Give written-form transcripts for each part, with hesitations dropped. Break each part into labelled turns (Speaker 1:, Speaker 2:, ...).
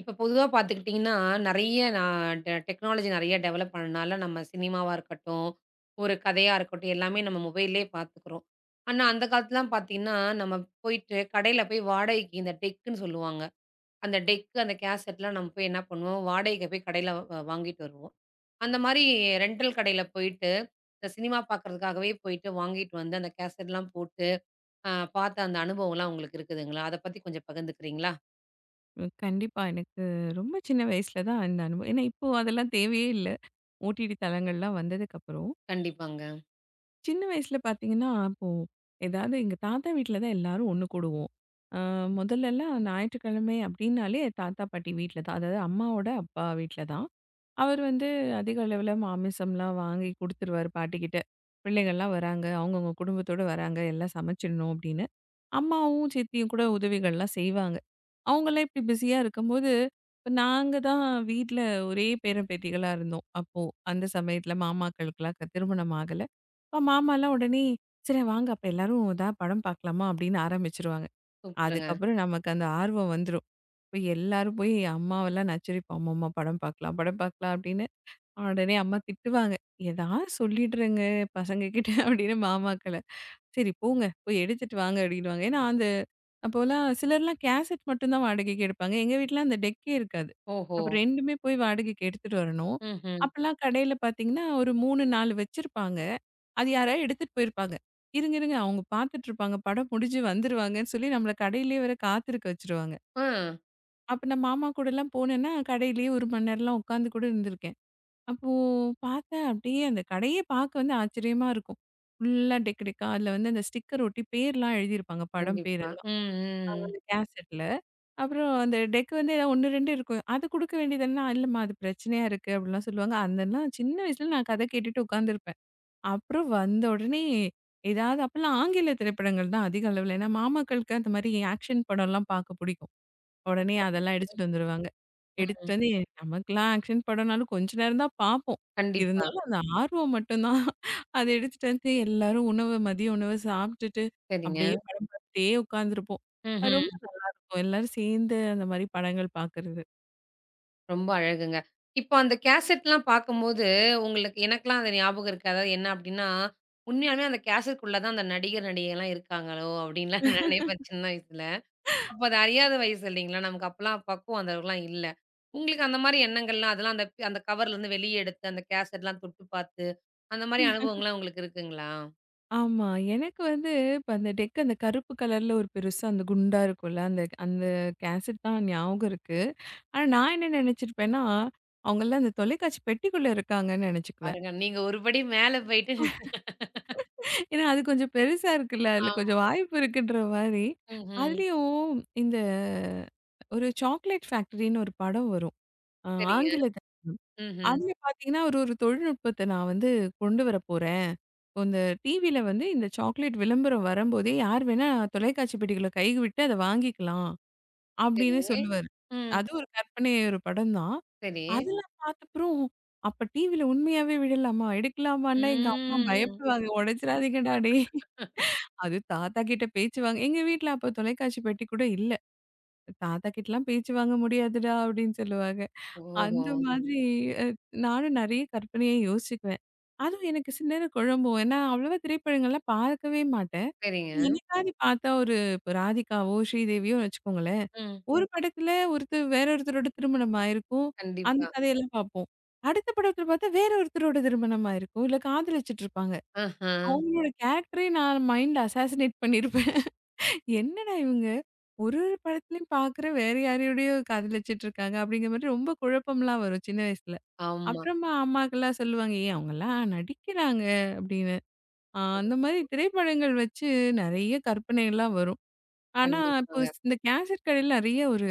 Speaker 1: இப்ப பொதுவா பார்த்துக்கிட்டிங்கன்னா, நெறைய நான் டெக்னாலஜி நெறைய டெவலப் பண்ணனால, நம்ம சினிமாவா இருக்கட்டும், ஒரு கதையா இருக்கட்டும், எல்லாமே நம்ம மொபைல்லயே பார்த்துக்குறோம். ஆனா, அந்த காலத்துலலாம் பார்த்தீங்கன்னா, நம்ம போயிட்டு கடையில போய் வாடகைக்கு இந்த டெக்குன்னு சொல்லுவாங்க. அந்த டெக்கு, அந்த கேசெட்லாம் நம்ம போய் என்ன பண்ணுவோம், வாடகைக்கு போய் கடையில வாங்கிட்டு வருவோம். அந்த மாரி ரென்டல் கடையில போயிட்டு, இந்த சினிமா பார்க்குறதுக்காகவே போயிட்டு வாங்கிட்டு வந்து, அந்த கேசெட்லாம் போட்டு, அ பார்த்த அந்த அனுபவம்லாம் உங்களுக்கு இருக்குதுங்களா? அத பத்தி கொஞ்சம் பகிர்ந்துக்கிறீங்களா?
Speaker 2: ம், கண்டிப்பா. எனக்கு ரொம்ப சின்ன வயசுல தான் இந்த அனுபவம். ஏன்னா, இப்போ அதெல்லாம் தேவையே இல்ல. ஓடிடி தளங்கள்லாம் வந்ததுக்கப்புறம்.
Speaker 1: கண்டிப்பாங்க.
Speaker 2: சின்ன வயசுல பார்த்தீங்கன்னா, இப்போ ஏதாவது எங்க தாத்தா வீட்ல தான் எல்லாரும் ஒண்ணு கூடுவோம். அ முதல்லலாம் ஞாயிற்றுக்கிழமை அப்படின்னாலே தாத்தா, பாட்டி வீட்ல தான். அதாவது அம்மாவோட அப்பா வீட்ல தான். அவர் வந்து அதிக அளவுல மாமிசம்லாம் வாங்கி குடுத்துருவாரு பாட்டிக்கிட்ட. பிள்ளைகள்லாம் வராங்க. அவங்கவங்க குடும்பத்தோட வராங்க. எல்லாம் சமைச்சிடணும் அப்படின்னு. அம்மாவும், சித்தியும் கூட உதவிகள்லாம் செய்வாங்க. அவங்கலாம் இப்படி பிஸியா இருக்கும்போது, இப்ப நாங்க தான் வீட்ல ஒரே பேரன், பேத்திகளா இருந்தோம். அப்போ அந்த சமயத்துல மாமாக்களுக்கெல்லாம் திருமணம் ஆகல. அப்ப மாமாலாம் உடனே, "சரி வாங்க அப்ப எல்லாரும் எதா படம் பார்க்கலாமா?" அப்படின்னு ஆரம்பிச்சுருவாங்க.
Speaker 1: சூப்பருங்க.
Speaker 2: அதுக்கப்புறம் நமக்கு அந்த ஆர்வம் வந்துரும். இப்ப எல்லாரும் போய் அம்மாவெல்லாம் நச்சரிப்போம். அம்மம்மா படம் பார்க்கலாம், படம் பார்க்கலாம் அப்படின்னு. உடனே அம்மா திட்டுவாங்க. ஏதாவது சொல்லிடுறேங்க பசங்க கிட்ட அப்படின்னு மாமாக்கள. சரி போங்க போய் எடுத்துட்டு வாங்க அப்படின்னுவாங்க. ஏன்னா அந்த அப்போலாம் சிலர்லாம் கேசட் மட்டும் தான் வாடகைக்கு எடுப்பாங்க. எங்க வீட்ல அந்த டெக்கே இருக்காது.
Speaker 1: ஓஹோ!
Speaker 2: அப்ப 2மே போய் வாடகைக்கு எடுத்துட்டு வரணும்.
Speaker 1: ம்ஹ்ம்.
Speaker 2: அப்பலாம் கடையில பார்த்தீங்கன்னா, ஒரு 3, 4 வச்சிருப்பாங்க. அது யாராவது எடுத்துட்டு போயிருப்பாங்க. இருங்க, இருங்க அவங்க பார்த்துட்டு இருப்பாங்க. படம் முடிஞ்சு வந்துருவாங்கன்னு சொல்லி நம்மள கடையிலேயே வேற காத்திருக்க வச்சுருவாங்க.
Speaker 1: ஆ.
Speaker 2: அப்ப நான் மாமா கூடலாம் போனேன்னா, கடையிலேயே 1 மணி நேரம்லாம் உட்காந்து கூட இருந்திருக்கேன். அப்போ பார்த்தேன் அப்படியே அந்த கடையே பார்க்க வந்து ஆச்சரியமா இருக்கும். ஃபுல்லா டெக்கு டெக்கா அதில வந்து அந்த ஸ்டிக்கர் ஒட்டி பேர்லாம் எழுதியிருப்பாங்க. படம்
Speaker 1: கண்டிப்பா.
Speaker 2: பேரெல்லாம்.
Speaker 1: ம், ம்,
Speaker 2: அந்த கேசெட்ல. அப்புறம் அந்த டெக் வந்து ஏதாவது 1, 2 இருக்கும். அது குடுக்க வேண்டியது என்ன? இல்லம்மா அது பிரச்சனையா இருக்கு அப்படிலாம் சொல்லுவாங்க. அதெல்லாம் சின்ன வயசுல நான் கதை கேட்டுட்டு உட்காந்துருப்பேன். அப்புறம் வந்த உடனே ஏதாவது அப்பலாம் ஆங்கில திரைப்படங்கள் தான் அதிக அளவுல. ஏன்னா மாமாக்களுக்கு அந்த மாரி ஆக்ஷன் படம்லாம் பார்க்க புடிக்கும். உடனே அதெல்லாம் எடுத்துட்டு வந்துருவாங்க.
Speaker 1: ம்.
Speaker 2: எடுத்துட்டு வந்து நமக்கெல்லாம் ஆக்ஷன் படம்னாலும் கொஞ்ச நேரம் தான் பார்ப்போம்.
Speaker 1: கண்டிப்பா.
Speaker 2: இருந்தாலும் அந்த ஆர்வம் மட்டும் தான். அத எடுத்துட்டு வந்து எல்லாரும் உணவு மதிய உணவு சாப்பிட்டுட்டு
Speaker 1: சரிங்க.
Speaker 2: அப்படியே படம் பார்த்துட்டே உட்காந்துருப்போம். அது ரொம்ப
Speaker 1: ம்ஹ்ம்.
Speaker 2: நல்லாருக்கும். எல்லாரும் சேர்ந்து அந்த மாரி படங்கள் பார்க்கறது.
Speaker 1: ரொம்ப அழகுங்க. இப்போ அந்த கேசெட்லாம் பார்க்கும்போது, உங்களுக்கு எனக்கெல்லாம் அது ஞாபகம் இருக்கு. அதாவது என்ன அப்டின்னா, உண்மையாலுமே அந்த கேசெட்குள்ள தான் அந்த நடிகர், நடிகைலாம் இருக்காங்களோ அப்டின்லாம் நான் நினைப்பேன் சின்ன வயசுல. அப்ப அது அறியாத வயசு இல்லைங்களா? நமக்கு அப்பலாம் பக்குவம் அந்த அளவுக்குலாம் இல்ல. உங்களுக்கு அந்த மாரி எண்ணங்கள்லாம் அதெல்லாம் அந்த அந்த கவர்லேருந்து வெளிய எடுத்து, அந்த கேசெட்லாம் தொட்டு பார்த்து, அந்த மாரி அனுபவங்கள்லாம் உங்களுக்கு இருக்குங்களா?
Speaker 2: ஆமா. எனக்கு வந்து இப்ப அந்த டெக் அந்த கருப்பு கலர்ல ஒரு பெருசா அந்த குண்டா இருக்கும்ல, அந்த அந்த கேசட் தான் ஞாபகம் இருக்கு. ஆனா நான் என்ன நெனச்சிருப்பேன்னா, அவங்கலாம் அந்த தொலைக்காட்சி பெட்டிக்குள்ள இருக்காங்கன்னு நெனச்சுக்குவேன்.
Speaker 1: பாருங்க, நீங்க ஒரு படி மேல போயிட்டு நீங்க
Speaker 2: ஏன்னா அது கொஞ்சம் பெருசா இருக்குல்ல, அதுல
Speaker 1: ஆமா.
Speaker 2: கொஞ்சம் வாய்ப்பு இருக்குன்ற மாரி.
Speaker 1: ம்ஹ்ம்.
Speaker 2: அதுலயும் இந்த ஒரு சாக்லேட் ஃபேக்டரின்னு ஒரு படம் வரும். ஆ
Speaker 1: சரிங்க.
Speaker 2: ஆங்கிலத்துல.
Speaker 1: ம்ஹ்ம்.
Speaker 2: அதுல பார்த்தீங்கன்னா, ஒரு ஒரு தொழில்நுட்பத்த நான் வந்து கொண்டு வரப்போறேன். இந்த டிவில வந்து இந்த சாக்லேட் விளம்பரம் வரும்போதே, யார் வேணா தொலைக்காட்சி பெட்டிக்குள்ள கை விட்டு அத வாங்கிக்கலாம். அப்படின்னு
Speaker 1: சரி.
Speaker 2: சொல்லுவாரு.
Speaker 1: ம்.
Speaker 2: அது ஒரு கற்பனை ஒரு படம் தான்.
Speaker 1: சரி.
Speaker 2: அதெல்லாம் பார்த்தப்புறம், அப்ப டிவில உண்மையாவே விழலாமா? எடுக்கலாமான்னா எங்க அம்மா
Speaker 1: ம்.
Speaker 2: பயப்படுவாங்க. "உடைச்சிறாதீங்கடா டேய்." அது தாத்தா கிட்ட பேச்சு வாங்க எங்க வீட்ல அப்ப தொலைக்காட்சி பெட்டி கூட இல்ல. "தாத்தா கிட்டலாம் பேச்சு வாங்க முடியாதுடா" அப்படின்னு சொல்லுவாங்க.
Speaker 1: ஓஹோ!
Speaker 2: அந்த மாதிரி அ நானும் நெறைய கற்பனையா யோசிக்குவேன். அதுவும் எனக்கு சில நேரம் குழம்பும். நான் அவ்வளவா திரைப்படங்கள்லாம் பார்க்கவே மாட்டேன்.
Speaker 1: சரிங்க.
Speaker 2: என்னைக்காவது பார்த்தா ஒரு இப்ப ராதிகாவோ, ஸ்ரீதேவியோ வச்சுக்கோங்களேன்.
Speaker 1: ம்.
Speaker 2: ஒரு படத்துல ஒருத்தர் வேற ஒருத்தரோட திருமணம் ஆயிருக்கும். அந்த
Speaker 1: கண்டிப்பா.
Speaker 2: கதையெல்லாம் பார்ப்போம். அடுத்த படத்துல பார்த்தா வேற ஒருத்தரோட திருமணம் ஆயிருக்கும். இல்ல காதலிச்சுட்டு இருப்பாங்க.
Speaker 1: ஆஹா.
Speaker 2: அவங்களோட கேரக்டரே நான் மைண்ட்ல அசாசினேட் பண்ணியிருப்பேன். என்னடா இவங்க! ஒரு ஒரு படத்துலயும் பார்க்குற வேற யாரையோடயோ காதலிச்சுட்டு இருக்காங்க அப்படிங்கிற மாதிரி ரொம்ப குழப்பம்லாம் வரும் சின்ன வயசுல.
Speaker 1: ஆமா.
Speaker 2: அப்புறமா அம்மாக்கெல்லாம் சொல்லுவாங்க, "ஏய் அவங்கலாம் நடிக்கிறாங்க" அப்படின்னு. அந்த மாதிரி திரைப்படங்கள் வச்சு நெறைய கற்பனைலாம் வரும். ஆனா இப்போ
Speaker 1: கண்டிப்பாங்க.
Speaker 2: இந்த கேசட் கடையில நெறைய ஒரு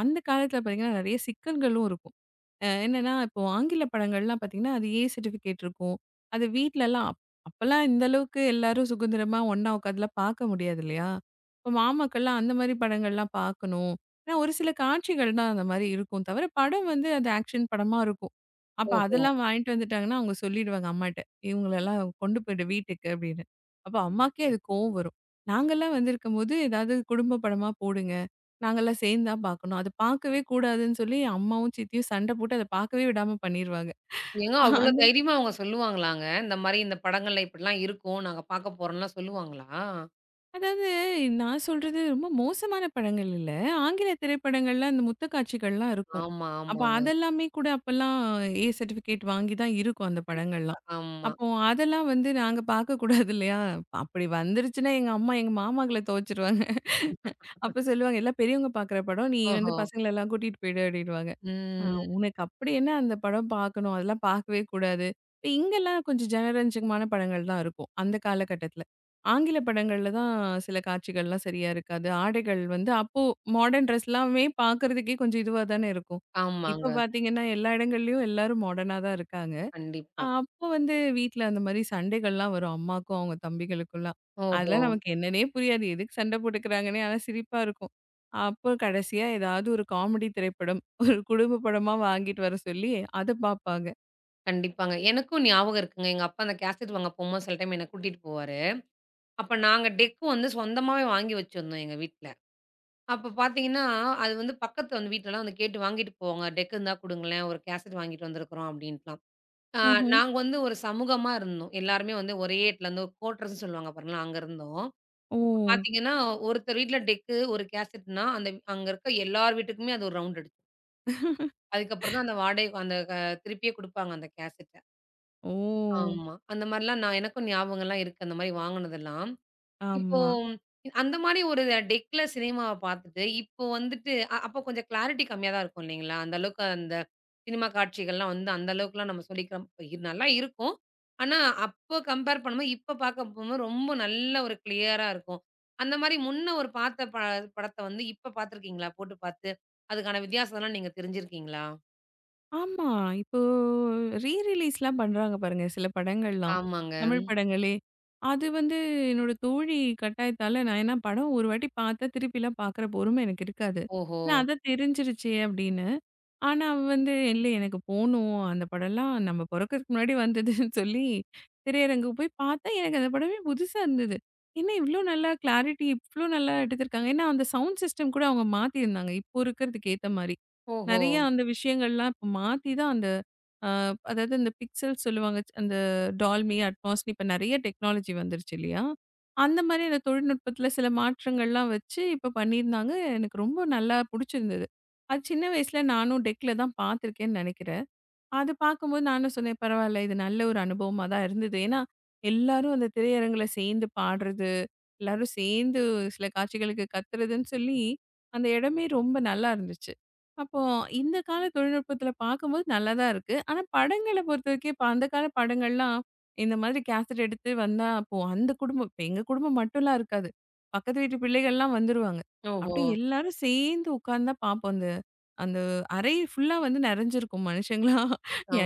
Speaker 2: அந்த காலத்துல பார்த்தீங்கன்னா, நெறைய சிக்கல்களும் இருக்கும். என்னன்னா, இப்போ ஆங்கில படங்கள்லாம் பார்த்தீங்கன்னா, அது ஏ சர்டிஃபிகேட் இருக்கும். அது வீட்லலாம் அப்பலாம் இந்த அளவுக்கு எல்லாரும் சுதந்திரமா ஒண்ணா உட்காந்துலாம் பார்க்க முடியாது இல்லையா? இப்போ மாமாக்கள்லாம் அந்த மாரி படங்கள்லாம் பார்க்கணும். ஏன்னா ஒரு சில காட்சிகள் தான் அந்த மாரி இருக்கும். தவிர படம் வந்து அது ஆக்ஷன் படமா இருக்கும். அப்ப
Speaker 1: ஓஹோ!
Speaker 2: அதெல்லாம் வாங்கிட்டு வந்துட்டாங்கன்னா, அவங்க சொல்லிடுவாங்க அம்மாட்ட. இவங்களெல்லாம் கொண்டு போயிடு வீட்டுக்கு அப்படின்னு. அப்ப அம்மாக்கே அது கோவம் வரும். நாங்கலாம் வந்திருக்கும்போது ஏதாவது குடும்ப படமா போடுங்க. நாங்கலாம் சேர்ந்து தான் பார்க்கணும். அது பார்க்கவே கூடாதுன்னு சொல்லி அம்மாவும், சித்தியும் சண்டை போட்டு அத பார்க்கவே விடாம பண்ணிருவாங்க.
Speaker 1: ஏங்க அவ்ளோ
Speaker 2: அந்த
Speaker 1: தைரியமா அவங்க சொல்லுவாங்களாங்க? இந்த மாரி இந்த படங்கள்ல இப்படிலாம் இருக்கும். நாங்க பாக்க போறோம்லாம் சொல்லுவாங்களா?
Speaker 2: அதாவது நான் சொல்றது ரொம்ப மோசமான படங்கள் இல்ல. ஆங்கில திரைப்படங்கள்ல அந்த முத்த காட்சிகள்லாம் இருக்கும்.
Speaker 1: ஆமா,
Speaker 2: அப்ப
Speaker 1: ஆமாங்க.
Speaker 2: அதெல்லாமே கூட அப்பலாம் ஏ சர்டிஃபிகேட் வாங்கி தான் இருக்கும் அந்த
Speaker 1: கண்டிப்பா.
Speaker 2: படங்கள்லாம்.
Speaker 1: ஆமா.
Speaker 2: அப்போ அதெல்லாம் வந்து நாங்க பார்க்கக்கூடாது இல்லையா? அப்படி வந்துருச்சுன்னா எங்க அம்மா, எங்க மாமாங்கள துவச்சுருவாங்க. அப்ப சொல்லுவாங்க, "எல்லாம் பெரியவங்க பார்க்குற படம். நீ வந்து
Speaker 1: ஓஹோ!
Speaker 2: பசங்கள எல்லாம் கூட்டிட்டு போயிடு" அப்படின்னுவாங்க. "ஆ
Speaker 1: ம்.
Speaker 2: உனக்கு அப்படி என்ன அந்த படம் பார்க்கணும்? அதெல்லாம் பார்க்கவே கூடாது." இப்ப இங்கெல்லாம் கொஞ்சம் ஜனரஞ்சகமான படங்கள் தான் இருக்கும், அந்த காலகட்டத்தில. ஆங்கில படங்கள்ல தான் சில காட்சிகள்லாம் சரியா இருக்காது. ஆடைகள் வந்து அப்போ மாடர்ன் ட்ரெஸ்லாமே பார்க்கறதுக்கே கொஞ்சம் இதுவா தானே இருக்கும்.
Speaker 1: ஆமாங்க.
Speaker 2: இப்ப பார்த்தீங்கன்னா, எல்லா இடங்கள்லயும் எல்லாரும் மாடர்னா தான் இருக்காங்க.
Speaker 1: கண்டிப்பா.
Speaker 2: அப்போ வந்து வீட்ல அந்த மாரி சண்டைகள்லாம் வரும். அம்மாக்கும், அவங்க தம்பிகளுக்கும்லாம்.
Speaker 1: ஓஹோ!
Speaker 2: அதெல்லாம் நமக்கு என்னன்னே புரியாது. எதுக்கு சண்டை போட்டுக்கிறாங்கன்னே! ஆனா சிரிப்பா இருக்கும். அப்போ கடைசியா ஏதாவது ஒரு காமெடி திரைப்படம், ஒரு குடும்ப படமா வாங்கிட்டு வர சொல்லி அத பார்ப்பாங்க.
Speaker 1: கண்டிப்பாங்க. எனக்கும் ஞாபகம் இருக்குங்க. எங்க அப்பா அந்த கேசெட் வாங்க போம்போது சில டைம் என்ன கூட்டிட்டு போவாரு. அப்ப நாங்க டெக் வந்து சொந்தமாவே வாங்கி வச்சிருந்தோம் எங்க வீட்ல. அப்ப பார்த்தீங்கன்னா, அது வந்து பக்கத்துல வந்து வீட்லலாம் வந்து கேட்டு வாங்கிட்டு போவாங்க. "டெக் இருந்தா குடுங்களேன், ஒரு கேசட் வாங்கிட்டு வந்திருக்கிறோம்" அப்படின்ட்டுலாம். ஆ,
Speaker 2: ம்ஹ்ம்.
Speaker 1: நாங்க வந்து ஒரு சமூகமா இருந்தோம். எல்லாருமே வந்து ஒரே இடத்துலருந்து ஒரு கோட்ரஸ்ன்னு சொல்லுவாங்க பாருங்களேன், அங்க இருந்தோம்.
Speaker 2: ஓ!
Speaker 1: இப்ப பார்த்தீங்கன்னா, ஒருத்தர் வீட்ல டெக்கு, ஒரு கேசட்னா, அந்த அங்க இருக்க எல்லார் வீட்டுக்குமே அது ஒரு ரவுண்ட் அடிச்சுரும். அதுக்கப்புறம் தான் அந்த வாடகை அந்த திருப்பியே குடுப்பாங்க அந்த கேசட்ட.
Speaker 2: ஓ!
Speaker 1: ஆமா. அந்த மாரிலாம் நான் எனக்கும் ஞாபகம்லாம் இருக்கு, அந்த மாரி வாங்குனதெல்லாம். இப்போ
Speaker 2: ஆமா.
Speaker 1: அந்த மாரி ஒரு டெக்ல சினிமாவ பார்த்துட்டு, இப்போ வந்துட்டு அப்போ கொஞ்சம் கிளாரிட்டி கம்மியா தான் இருக்கும் இல்லைங்களா? அந்த அளவுக்கு அந்த சினிமா காட்சிகள்லாம் வந்து அந்த அளவுக்குலாம் நம்ம சொல்லிக்கிறோம். இது நல்லா இருக்கும். ஆனா, அப்போ கம்பேர் பண்ணும்போது, இப்ப பார்க்க போம்போது ரொம்ப நல்ல ஒரு கிளியரா இருக்கும். அந்த மாரி முன்ன ஒரு பார்த்த படத்த வந்து இப்ப பார்த்துருக்கீங்களா? போட்டு பார்த்து, அதுக்கான வித்தியாசம்லாம் நீங்க தெரிஞ்சிருக்கீங்களா?
Speaker 2: ஆமா. இப்போ ரீ ரிலீஸ்லாம் பண்றாங்க பாருங்க, சில படங்கள்லாம்.
Speaker 1: ஆமாங்க.
Speaker 2: தமிழ் படங்களே. அது வந்து என்னோட தோழி கட்டாயத்தால நான் ஏன்னா படம் ஒரு வாட்டி பார்த்தா திருப்பிலாம் பார்க்குற பொறுமை எனக்கு இருக்காது.
Speaker 1: ஓஹோ!
Speaker 2: ஏன்னா அதான் தெரிஞ்சிருச்சே அப்படின்னு. ஆனா அவ வந்து இல்ல எனக்கு போணும். அந்த படம்லாம் நம்ம பொறக்கறதுக்கு முன்னாடி வந்ததுன்னு சொல்லி திரையரங்குக்கு போய் பார்த்தா எனக்கு அந்த படமே புதுசா இருந்தது. என்ன இவ்ளோ நல்லா கிளாரிட்டி இவ்ளோ நல்லா எடுத்திருக்காங்க. ஏன்னா அந்த சவுண்ட் சிஸ்டம் கூட அவங்க மாத்தியிருந்தாங்க. இப்போ இருக்கிறதுக்கு ஏத்த மாரி.
Speaker 1: ஓஹோ!
Speaker 2: நெறைய அந்த விஷயங்கள்லாம் இப்ப மாத்தி தான் அந்த அ அதாவது இந்த பிக்சல் சொல்லுவாங்க. அந்த டால்மி, அட்மாஸ்னு இப்ப நெறைய டெக்னாலஜி வந்துருச்சு இல்லையா? அந்த மாரி அந்த தொழில்நுட்பத்துல சில மாற்றங்கள்லாம் வச்சு இப்ப பண்ணியிருந்தாங்க. எனக்கு ரொம்ப நல்லா புடிச்சிருந்தது. அது சின்ன வயசுல நானும் டெக்ல தான் பார்த்துருக்கேன்னு நெனைக்கிறேன். அது பார்க்கும்போது நானும் சொன்னேன், பரவால்ல. இது நல்ல ஒரு அனுபவமா தான் இருந்தது. ஏன்னா, எல்லாரும் அந்த திரையரங்குல சேர்ந்து பாடுறது, எல்லாரும் சேர்ந்து சில காட்சிகளுக்கு கத்துறதுன்னு சொல்லி, அந்த இடமே ரொம்ப நல்லா இருந்துச்சு. அப்போ இந்த கால தொழில்நுட்பத்தில பார்க்கும்போது நல்லா தான் இருக்கு. ஆனா, படங்கள பொறுத்தவரைக்கும் இப்ப அந்த கால படங்கள்லாம், இந்த மாதிரி கேசட் எடுத்து வந்தா, அப்போ அந்த குடும்பம் இப்ப எங்க குடும்பம் மட்டும்லாம் இருக்காது. பக்கத்து வீட்டு பிள்ளைகள்லாம் வந்துருவாங்க.
Speaker 1: ஓஹோ!
Speaker 2: அப்படியே எல்லாரும் சேர்ந்து உட்கார்ந்து தான் பார்ப்போம். அந்த அந்த அறை ஃபுல்லா வந்து நெறஞ்சிருக்கும் மனுஷங்களா.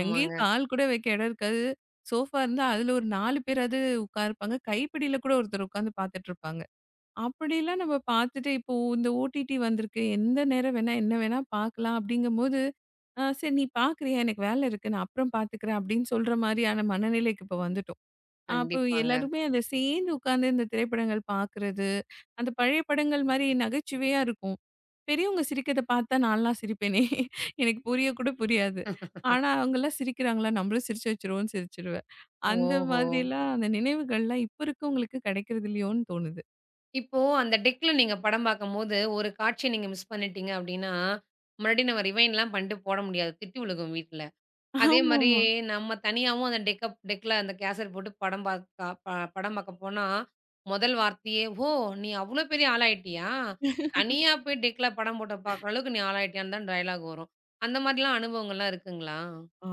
Speaker 2: எங்கேயும் கால் கூட வைக்க இடம் இருக்காது. சோஃபா இருந்தா அதுல ஒரு 4 பேராவது உட்காருப்பாங்க. கைப்பிடியில கூட ஒருத்தர் உட்கார்ந்து பார்த்துட்டு இருப்பாங்க. அப்படிலாம் நம்ம பார்த்துட்டு இப்போ இந்த ஓடிடி வந்திருக்கு. எந்த நேரம் வேணா, என்ன வேணா பார்க்கலாம் அப்படிங்கும்போது, சரி நீ பார்க்குறியா? எனக்கு வேலை இருக்கு. நான் அப்புறம் பார்த்துக்கிறேன் அப்படின்னு சொல்ற மாரியான மனநிலைக்கு இப்ப வந்துட்டோம். அப்போ
Speaker 1: கண்டிப்பாங்க.
Speaker 2: எல்லாருமே அத சேர்ந்து உட்கார்ந்து இந்த திரைப்படங்கள் பார்க்குறது, அந்த பழைய படங்கள் மாரி நகைச்சுவையா இருக்கும். பெரியவங்க சிரிக்கிறத பார்த்தா நான்லாம் சிரிப்பேனே! எனக்கு புரிய கூட புரியாது. ஆனா, அவங்கலாம் சிரிக்கிறாங்களா? நம்மளும் சிரிச்ச வச்சுருவோம்னு சிரிச்சுருவேன். அந்த
Speaker 1: ஓஹோ!
Speaker 2: மாதிரிலாம் அந்த நினைவுகள்லாம் இப்ப இருக்கவங்களுக்கு கிடைக்கிறது இல்லையோன்னு தோணுது.
Speaker 1: இப்போ அந்த டெக்ல நீங்க படம் பார்க்கும்போது, ஒரு காட்சி நீங்க மிஸ் பண்ணிட்டீங்க அப்படின்னா, முன்னாடி நம்ம ரிவைண்ட்லாம் பண்ணிட்டு போட முடியாது. திட்டு விழுகும் வீட்ல. அதே மாரி
Speaker 2: ஆமாமா.
Speaker 1: நம்ம தனியாவும் அந்த டெக்ல அந்த கேசட் போட்டு படம் பார்க்க போனா, முதல் வார்த்தையே, "ஓ! நீ அவ்ளோ பெரிய ஆளாயிட்டியா? தனியா போய் டெக்ல படம் போட்டு பார்க்குற அளவுக்கு நீ ஆளாயிட்டியான்னு" தான் டயலாக் வரும். அந்த மாரிலாம் அனுபவங்கள்லாம் இருக்குங்களா?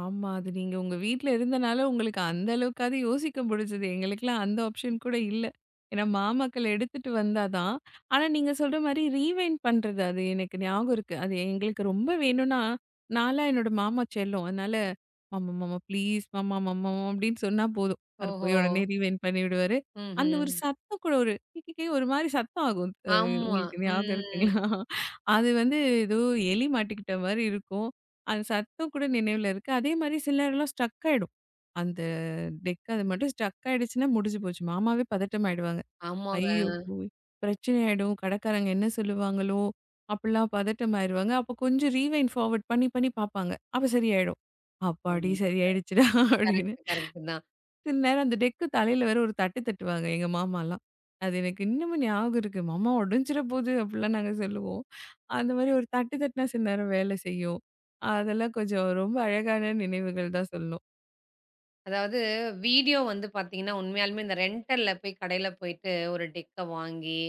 Speaker 2: ஆமா. அது நீங்க உங்க வீட்ல இருந்தனால, உங்களுக்கு அந்த அளவுக்காவது யோசிக்க முடிஞ்சது. எங்களுக்கெல்லாம் அந்த ஆப்ஷன் கூட இல்ல. ஏன்னா, மாமக்கள் எடுத்துட்டு வந்தா தான். ஆனா, நீங்க சொல்ற மாரி ரீவைண்ட் பண்றது, அது எனக்கு ஞாபகம் இருக்கு. அது எங்களுக்கு ரொம்ப வேணும்னா, நான்லாம் என்னோட மாமா செல்லம். அதனால, "மாமா, மாமா ப்ளீஸ் மாமா, மாமா மாமா" அப்படின்னு சொன்னா போதும். அவரு
Speaker 1: ஓஹோ!
Speaker 2: போய் உடனே ரீவைண்ட் பண்ணிவிடுவாரு. அந்த ஒரு
Speaker 1: ம்ஹ்ம்.
Speaker 2: சத்தம் கூட ஒரு கிகிகே ஒரு மாரி சத்தம் ஆகும்.
Speaker 1: ஆமா.
Speaker 2: உங்களுக்கு ஞாபகம்
Speaker 1: ம்.
Speaker 2: இருக்குங்களா? அது வந்து ஏதோ எலி மாட்டிக்கிட்ட மாரி இருக்கும். அந்த சத்தம் கூட நினைவுல இருக்கு. அதே மாரி சிலர்லாம் ஸ்ட்ரக் ஆயிடும். அந்த டெக் அது மட்டும் ஸ்ட்ரக் ஆயிடுச்சுன்னா முடிஞ்சு போச்சு. மாமாவே பதட்டம் ஆயிடுவாங்க.
Speaker 1: ஆமாங்க.
Speaker 2: ஐயோ! போய் பிரச்சனை ஆயிடும். கடைக்காரங்க என்ன சொல்லுவாங்களோ? அப்படிலாம் பதட்டம் ஆயிருவாங்க. அப்போ கொஞ்சம் ரீவைண்ட் ஃபார்வர்ட் பண்ணி பண்ணி பார்ப்பாங்க. அப்ப சரியாயிடும்.
Speaker 1: ஆமா.
Speaker 2: அப்பாடி! சரியாயிடுச்சுடா அப்படின்னு.
Speaker 1: கரெக்ட், கரெக்ட் தான்.
Speaker 2: சில நேரம் அந்த டெக்கு தலையில வேற ஒரு தட்டு தட்டுவாங்க எங்க மாமாலாம். அது எனக்கு இன்னமும் ஞாபகம் இருக்கு. "மாமா உடைஞ்சிற போது" அப்படிலாம் நாங்க சொல்லுவோம். அந்த மாரி ஒரு தட்டு தட்டுனா சில நேரம் வேலை செய்யும். அதெல்லாம் கொஞ்சம் ரொம்ப அழகான நினைவுகள் தான் சொல்லணும்.
Speaker 1: அதாவது வீடியோ வந்து பார்த்தீங்கன்னா, உண்மையாலுமே இந்த ரெண்டல்ல போய் கடையில போயிட்டு ஒரு டெக்க வாங்கி,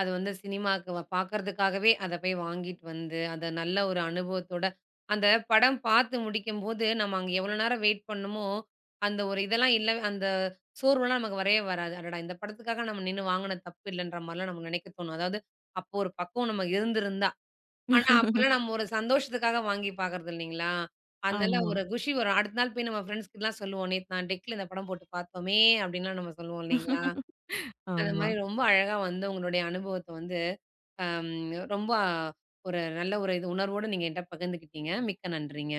Speaker 1: அது வந்து சினிமாக்கு பார்க்கறதுக்காகவே அத போய் வாங்கிட்டு வந்து, அத நல்ல ஒரு அனுபவத்தோட அந்த படம் பார்த்து முடிக்கும்போது, நம்ம அங்க எவ்வளோ நேரம் வெயிட் பண்ணமோ, அந்த ஒரு இதெல்லாம் இல்ல அந்த சோர்வுலாம் நமக்கு வரவே வராது. அடடா! இந்த படத்துக்காக நம்ம நின்னு வாங்குன தப்பு இல்லன்ற மாரிலாம் நமக்கு நினைக்க தோணும். அதாவது அப்போ ஒரு பக்குவம் நமக்கு இருந்திருந்தா ஆனா, அப்பலாம் நம்ம ஒரு சந்தோஷத்துக்காக வாங்கி பாக்குறது இல்லைங்களா? அதனால
Speaker 2: ஆமா.
Speaker 1: ஒரு குஷி வரும். அடுத்த நாள் போய் நம்ம ஃப்ரெண்ட்ஸ் கிட்டலாம் சொல்லுவோம். "நேத்து நான் டெக்ல இந்த படம் போட்டு பார்த்தோமே!" அப்படின்லாம் நம்ம சொல்லுவோம் இல்லைங்களா? அந்த
Speaker 2: ஆமா.
Speaker 1: மாரி ரொம்ப அழகா வந்து உங்களுடைய அனுபவத்த வந்து, அம் ரொம்ப ஒரு நல்ல ஒரு இது உணர்வோட நீங்க என்ட்ட பகிர்ந்துக்கிட்டீங்க. மிக்க நன்றிங்க.